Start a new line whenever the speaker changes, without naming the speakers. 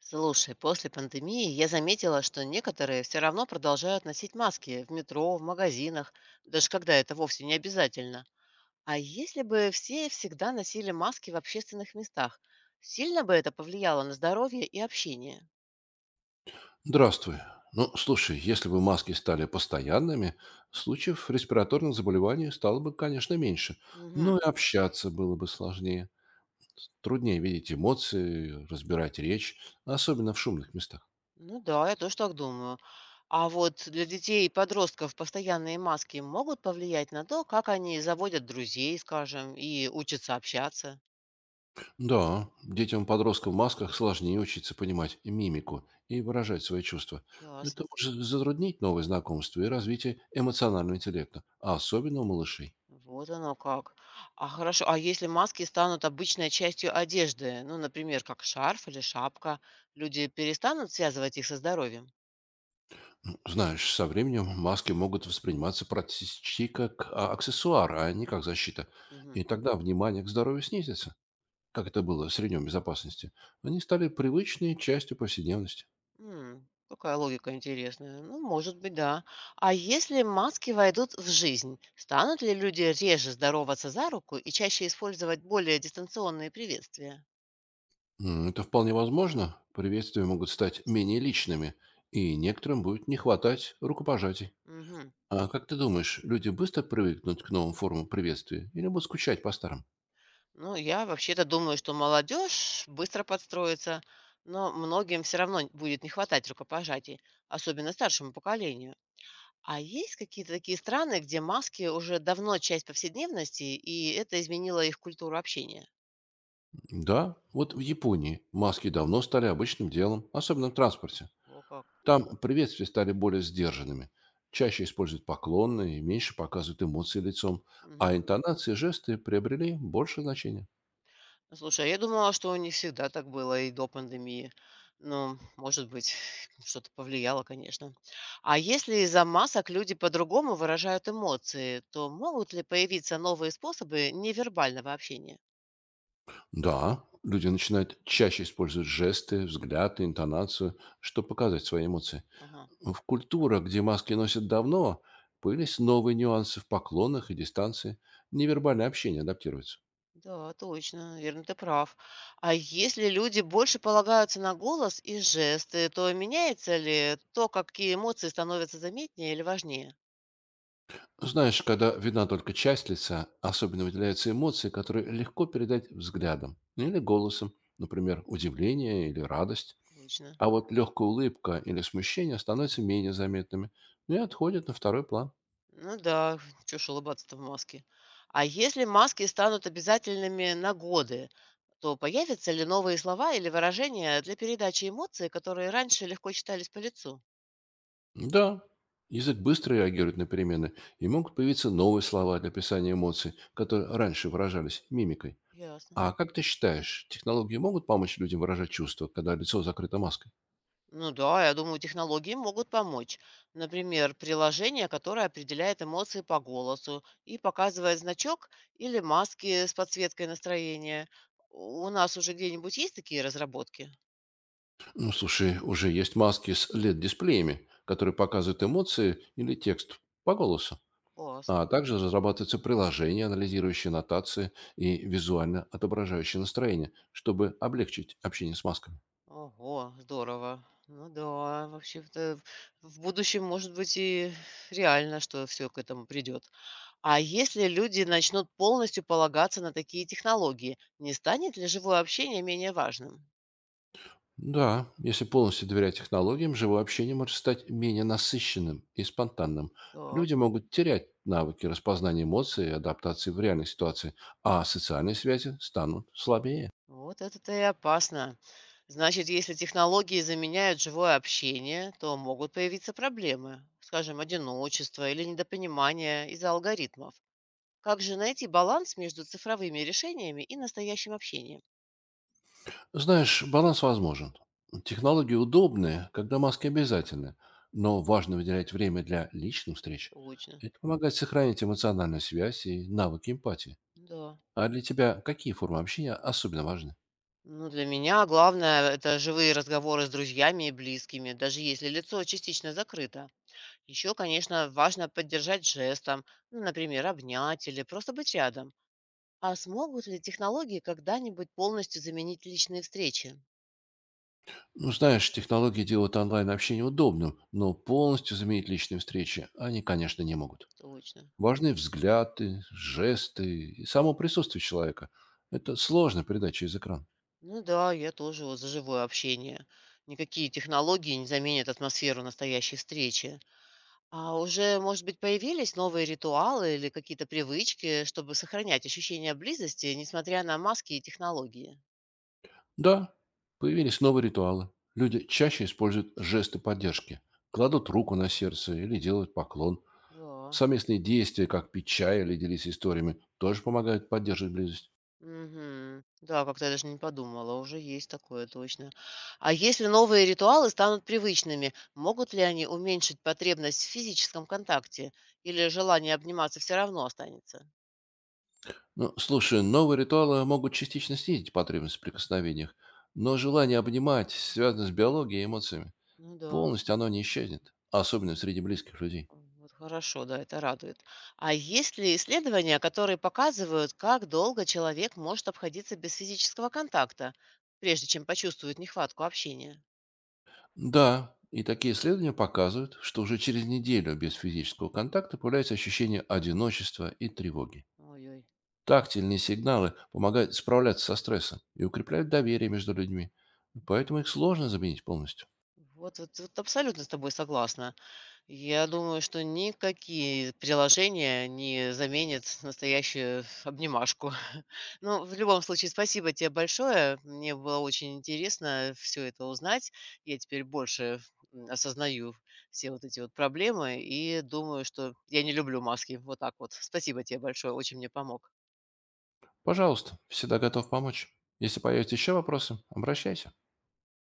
Слушай, после пандемии я заметила, что некоторые все равно продолжают носить маски в метро, в магазинах, даже когда это вовсе не обязательно. А если бы все всегда носили маски в общественных местах, сильно бы это повлияло на здоровье и общение?
Здравствуй. Ну, слушай, если бы маски стали постоянными, случаев респираторных заболеваний стало бы, конечно, меньше.
Мгм.
Но и общаться было бы сложнее. Труднее видеть эмоции, разбирать речь, особенно в шумных местах.
Ну да, я тоже так думаю. А вот для детей и подростков постоянные маски могут повлиять на то, как они заводят друзей, скажем, и учатся общаться.
Да, детям и подросткам в масках сложнее учиться понимать мимику и выражать свои чувства. Это
Ясно.
может затруднить новые знакомства и развитие эмоционального интеллекта, а особенно у малышей.
Вот оно как. А хорошо, а если маски станут обычной частью одежды, ну, например, как шарф или шапка, люди перестанут связывать их со здоровьем?
Знаешь, со временем маски могут восприниматься практически как аксессуар, а не как защита.
Мгм.
И тогда внимание к здоровью снизится, как это было в среднем безопасности. Они стали привычной частью повседневности.
М, какая логика интересная. Ну, может быть, да. А если маски войдут в жизнь, станут ли люди реже здороваться за руку и чаще использовать более дистанционные приветствия?
Это вполне возможно. Приветствия могут стать менее личными, и некоторым будет не хватать рукопожатий.
Мгм.
А как ты думаешь, люди быстро привыкнут к новым формам приветствия или будут скучать по старым?
Ну, я вообще-то думаю, что молодежь быстро подстроится, но многим все равно будет не хватать рукопожатий, особенно старшему поколению. А есть какие-то такие страны, где маски уже давно часть повседневности, и это изменило их культуру общения?
Да, вот в Японии маски давно стали обычным делом, особенно в транспорте.
О как.
Там приветствия стали более сдержанными. Чаще используют поклонные и меньше показывают эмоции лицом, а
Мгм.
интонации и жесты приобрели больше значения.
Слушай, а я думала, что не всегда так было и до пандемии. Ну, может быть, что-то повлияло, конечно. А если из-за масок люди по-другому выражают эмоции, то могут ли появиться новые способы невербального общения?
Да, люди начинают чаще использовать жесты, взгляд и интонацию, чтобы показать свои эмоции.
Ага.
В культурах, где маски носят давно, появились новые нюансы в поклонах и дистанции. Невербальное общение адаптируется.
Да, точно, верно, ты прав. А если люди больше полагаются на голос и жесты, то меняется ли то, какие эмоции становятся заметнее или важнее?
Знаешь, когда видна только часть лица, особенно выделяются эмоции, которые легко передать взглядом или голосом, например, удивление или радость.
Точно.
А вот легкая улыбка или смущение становятся менее заметными и отходят на второй план.
Ну да, чё ж улыбаться-то в маске. А если маски станут обязательными на годы, то появятся ли новые слова или выражения для передачи эмоций, которые раньше легко читались по лицу?
Да, язык быстро реагирует на перемены, и могут появиться новые слова для описания эмоций, которые раньше выражались мимикой.
Ясно.
А как ты считаешь, технологии могут помочь людям выражать чувства, когда лицо закрыто маской?
Ну да, я думаю, технологии могут помочь. Например, приложение, которое определяет эмоции по голосу и показывает значок или маски с подсветкой настроения. У нас уже где-нибудь есть такие разработки?
Ну, слушай, уже есть маски с LED-дисплеями, которые показывают эмоции или текст по голосу.
Класс.
А также разрабатываются приложения, анализирующие нотации и визуально отображающие настроение, чтобы облегчить общение с масками.
Ого, здорово. Ну да, вообще-то в будущем, может быть, и реально, что все к этому придет. А если люди начнут полностью полагаться на такие технологии, не станет ли живое общение менее важным?
Да, если полностью доверять технологиям, живое общение может стать менее насыщенным и спонтанным.
Так,
Люди могут терять навыки распознания эмоций и адаптации в реальной ситуации, а социальные связи станут слабее.
вот это-то и опасно. Значит, если технологии заменяют живое общение, то могут появиться проблемы, скажем, одиночество или недопонимание из-за алгоритмов. Как же найти баланс между цифровыми решениями и настоящим общением?
Знаешь, баланс возможен. Технологии удобные, когда маски обязательны, но важно выделять время для личных встреч.
Точно.
Это помогает сохранить эмоциональную связь и навыки эмпатии.
Да.
А для тебя какие формы общения особенно важны?
Ну, для меня главное - это живые разговоры с друзьями и близкими, даже если лицо частично закрыто. Еще, конечно, важно поддержать жестом, ну, например, обнять или просто быть рядом. А смогут ли технологии когда-нибудь полностью заменить личные встречи?
Ну, знаешь, технологии делают онлайн-общение удобным, но полностью заменить личные встречи они, конечно, не могут.
Точно.
Важны взгляды, жесты и само присутствие человека. Это сложно передать через экран.
Ну да, я тоже вот за живое общение. Никакие технологии не заменят атмосферу настоящей встречи. А уже, может быть, появились новые ритуалы или какие-то привычки, чтобы сохранять ощущение близости, несмотря на маски и технологии?
Да, появились новые ритуалы. Люди чаще используют жесты поддержки, кладут руку на сердце или делают поклон.
Да.
Совместные действия, как пить чай или делиться историями, тоже помогают поддерживать близость.
Мгм. Да, как-то я даже не подумала, уже есть такое точно. А если новые ритуалы станут привычными, могут ли они уменьшить потребность в физическом контакте или желание обниматься все равно останется?
Ну, слушай, новые ритуалы могут частично снизить потребность в прикосновениях, но желание обнимать связано с биологией и эмоциями.
Ну да.
Полностью оно не исчезнет, особенно среди близких людей.
Вот хорошо, да, это радует. А есть ли исследования, которые показывают, как долго человек может обходиться без физического контакта, прежде чем почувствует нехватку общения?
Да, и такие исследования показывают, что уже через неделю без физического контакта появляется ощущение одиночества и тревоги.
Ой-ой.
Тактильные сигналы помогают справляться со стрессом и укрепляют доверие между людьми, поэтому их сложно заменить полностью.
Вот абсолютно с тобой согласна. Я думаю, что никакие приложения не заменят настоящую обнимашку. Ну, в любом случае, спасибо тебе большое. Мне было очень интересно все это узнать. Я теперь больше осознаю все вот эти вот проблемы и думаю, что я не люблю маски. Вот так вот. Спасибо тебе большое, очень мне помог.
Пожалуйста, всегда готов помочь. Если появятся еще вопросы, обращайся.